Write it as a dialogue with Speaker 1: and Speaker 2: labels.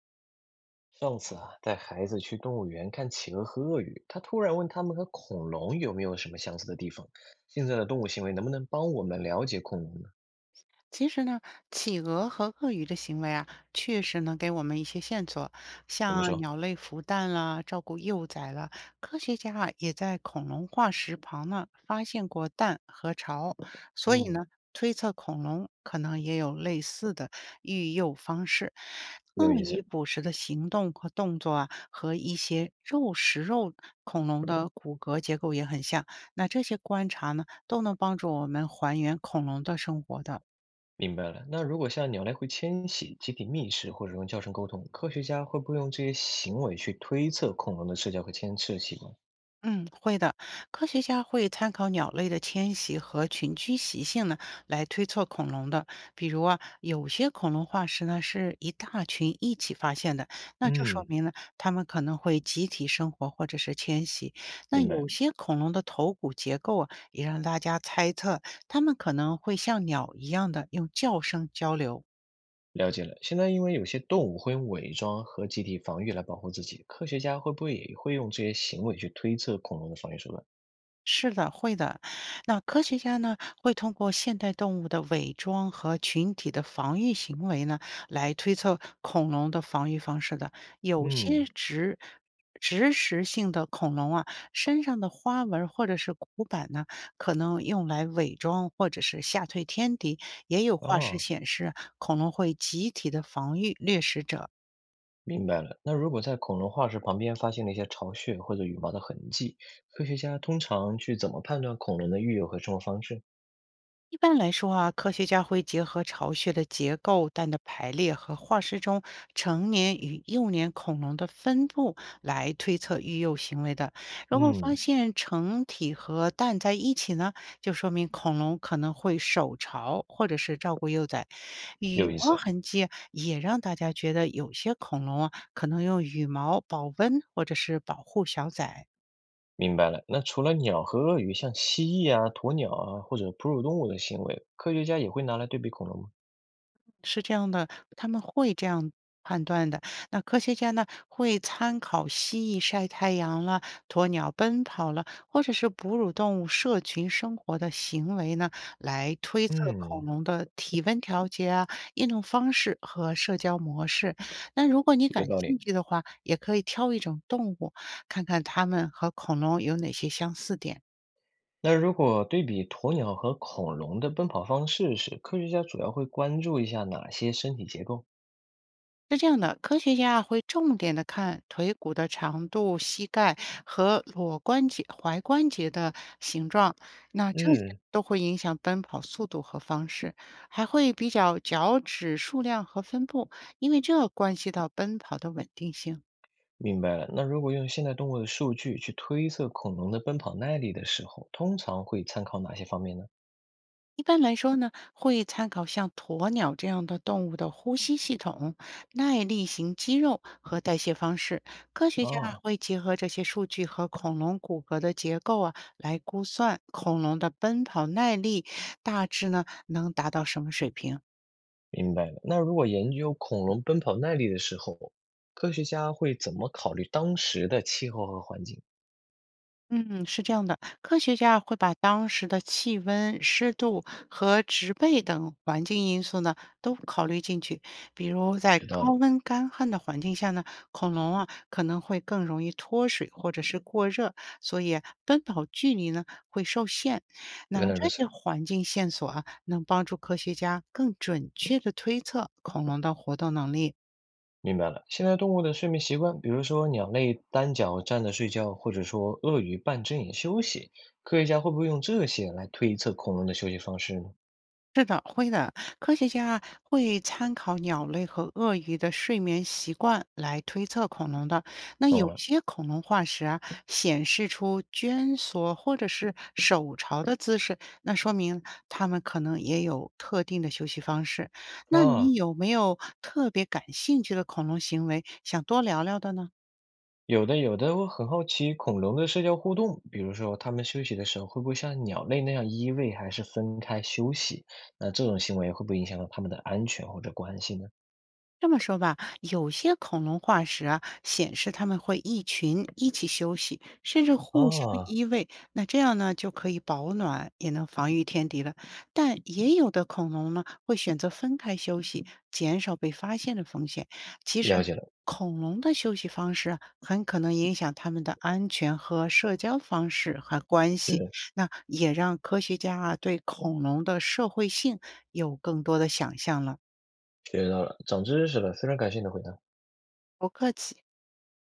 Speaker 1: 上次啊，带孩子去动物园看企鹅和鳄鱼，他突然问他们和恐龙有没有什么相似的地方。现在的动物行为能不能帮我们了解恐龙呢？
Speaker 2: 其实呢，企鹅和鳄鱼的行为啊，确实能给我们一些线索，
Speaker 1: 怎么
Speaker 2: 像
Speaker 1: 说？
Speaker 2: 鸟类孵蛋啦、照顾幼崽啦，科学家啊也在恐龙化石旁呢发现过蛋和巢，所以呢，
Speaker 1: 嗯，
Speaker 2: 推测恐龙可能也有类似的育幼方式。
Speaker 1: 有
Speaker 2: 鳄
Speaker 1: 意
Speaker 2: 鱼
Speaker 1: 思，
Speaker 2: 捕食的行动和动作啊，和一些肉食肉恐龙的骨骼结构也很像。那这些观察呢，都能帮助我们还原恐龙的生活的。
Speaker 1: 明白了。那如果像鸟类会迁徙、集体觅食或者用叫声沟通，科学家会不会用这些行为去推测恐龙的社交和迁徙习惯？
Speaker 2: 嗯，会的。科学家会参考鸟类的迁徙和群居习性呢，来推测恐龙的。比如啊，有些恐龙化石呢是一大群一起发现的，那这说
Speaker 1: 嗯，
Speaker 2: 明呢，它们可能会集体生活或者是迁徙。那
Speaker 1: 明
Speaker 2: 有
Speaker 1: 白。
Speaker 2: 些恐龙的头骨结构啊，也让大家猜测它们可能会像鸟一样的用叫声交流。
Speaker 1: 了解了，现在因为有些动物会用伪装和集体防御来保护自己，科学家会不会也会用这些行为去推测恐龙的防御手段？
Speaker 2: 是的，会的。那科学家呢，会通过现代动物的伪装和群体的防御行为呢，来推测恐龙的防御方式的。有些
Speaker 1: 嗯，
Speaker 2: 植食性的恐龙啊，身上的花纹或者是骨板呢，可能用来伪装或者是吓退天敌。也有化石
Speaker 1: 哦，
Speaker 2: 显示，恐龙会集体的防御掠食者。
Speaker 1: 明白了。那如果在恐龙化石旁边发现了一些巢穴或者羽毛的痕迹，科学家通常去怎么判断恐龙的育友和生活方式？
Speaker 2: 一般来说啊，科学家会结合巢穴的结构、蛋的排列和化石中成年与幼年恐龙的分布来推测育幼行为的。如果发
Speaker 1: 嗯，
Speaker 2: 现成体和蛋在一起呢，就说明恐龙可能会守巢或者是照顾幼崽。羽
Speaker 1: 有意
Speaker 2: 毛
Speaker 1: 思，
Speaker 2: 痕迹也让大家觉得有些恐龙啊，可能用羽毛保温或者是保护小崽。
Speaker 1: 明白了。那除了鸟和鳄鱼，像蜥蜴啊、鸵鸟啊或者哺乳动物的行为，科学家也会拿来对比恐龙吗？
Speaker 2: 是这样的，他们会这样判断的。那科学家呢，会参考蜥蜴晒太阳了、鸵鸟奔跑了，或者是哺乳动物社群生活的行为呢，来推测
Speaker 1: 嗯，
Speaker 2: 恐龙的体温调节啊、运动方式和社交模式。那如果你感
Speaker 1: 有道理。
Speaker 2: 兴趣的话，也可以挑一种动物，看看它们和恐龙有哪些相似点。
Speaker 1: 那如果对比鸵鸟和恐龙的奔跑方式时，科学家主要会关注一下哪些身体结构？
Speaker 2: 是这样的，科学家啊会重点的看腿骨的长度、膝盖和裸关节、踝关节的形状，那这些
Speaker 1: 嗯。
Speaker 2: 都会影响奔跑速度和方式，还会比较脚趾数量和分布，因为这关系到奔跑的稳定性。
Speaker 1: 明白了。那如果用现代动物的数据去推测恐龙的奔跑耐力的时候，通常会参考哪些方面呢？
Speaker 2: 一般来说呢，会参考像鸵鸟这样的动物的呼吸系统、耐力型肌肉和代谢方式。科学家啊
Speaker 1: 啊，
Speaker 2: 会结合这些数据和恐龙骨骼的结构啊，来估算恐龙的奔跑耐力大致呢能达到什么水平。
Speaker 1: 明白了。那如果研究恐龙奔跑耐力的时候，科学家会怎么考虑当时的气候和环境？
Speaker 2: 嗯，是这样的，科学家会把当时的气温、湿度和植被等环境因素呢都考虑进去。比如在
Speaker 1: 学到
Speaker 2: 高
Speaker 1: 了，
Speaker 2: 温干旱的环境下呢，恐龙啊可能会更容易脱水或者是过热，所以啊奔跑距离呢会受限。那
Speaker 1: 原来如
Speaker 2: 这些
Speaker 1: 此，
Speaker 2: 环境线索啊，能帮助科学家更准确的推测恐龙的活动能力。
Speaker 1: 明白了。现代动物的睡眠习惯，比如说鸟类单脚站着睡觉，或者说鳄鱼半睁眼休息，科学家会不会用这些来推测恐龙的休息方式呢？
Speaker 2: 是的，会的。科学家会参考鸟类和鳄鱼的睡眠习惯来推测恐龙的。那
Speaker 1: 懂
Speaker 2: 有
Speaker 1: 了。
Speaker 2: 些恐龙化石啊，显示出蜷缩或者是手朝的姿势，那说明它们可能也有特定的休息方式。那
Speaker 1: 啊，
Speaker 2: 你有没有特别感兴趣的恐龙行为，想多聊聊的呢？
Speaker 1: 有的，有的，我很好奇恐龙的社交互动，比如说它们休息的时候会不会像鸟类那样依偎，还是分开休息？那这种行为会不会影响到它们的安全或者关系呢？
Speaker 2: 这么说吧，有些恐龙化石啊，显示它们会一群一起休息，甚至互相
Speaker 1: 啊，
Speaker 2: 依偎。那这样呢，就可以保暖，也能防御天敌了。但也有的恐龙呢，会选择分开休息，减少被发现的风险。其实，
Speaker 1: 了解了，
Speaker 2: 恐龙的休息方式啊很可能影响它们的安全和社交方式和关系。
Speaker 1: 是
Speaker 2: 那也让科学家啊，对恐龙的社会性有更多的想象了。
Speaker 1: 学到了，长知识了，非常感谢你的回答。
Speaker 2: 不客气。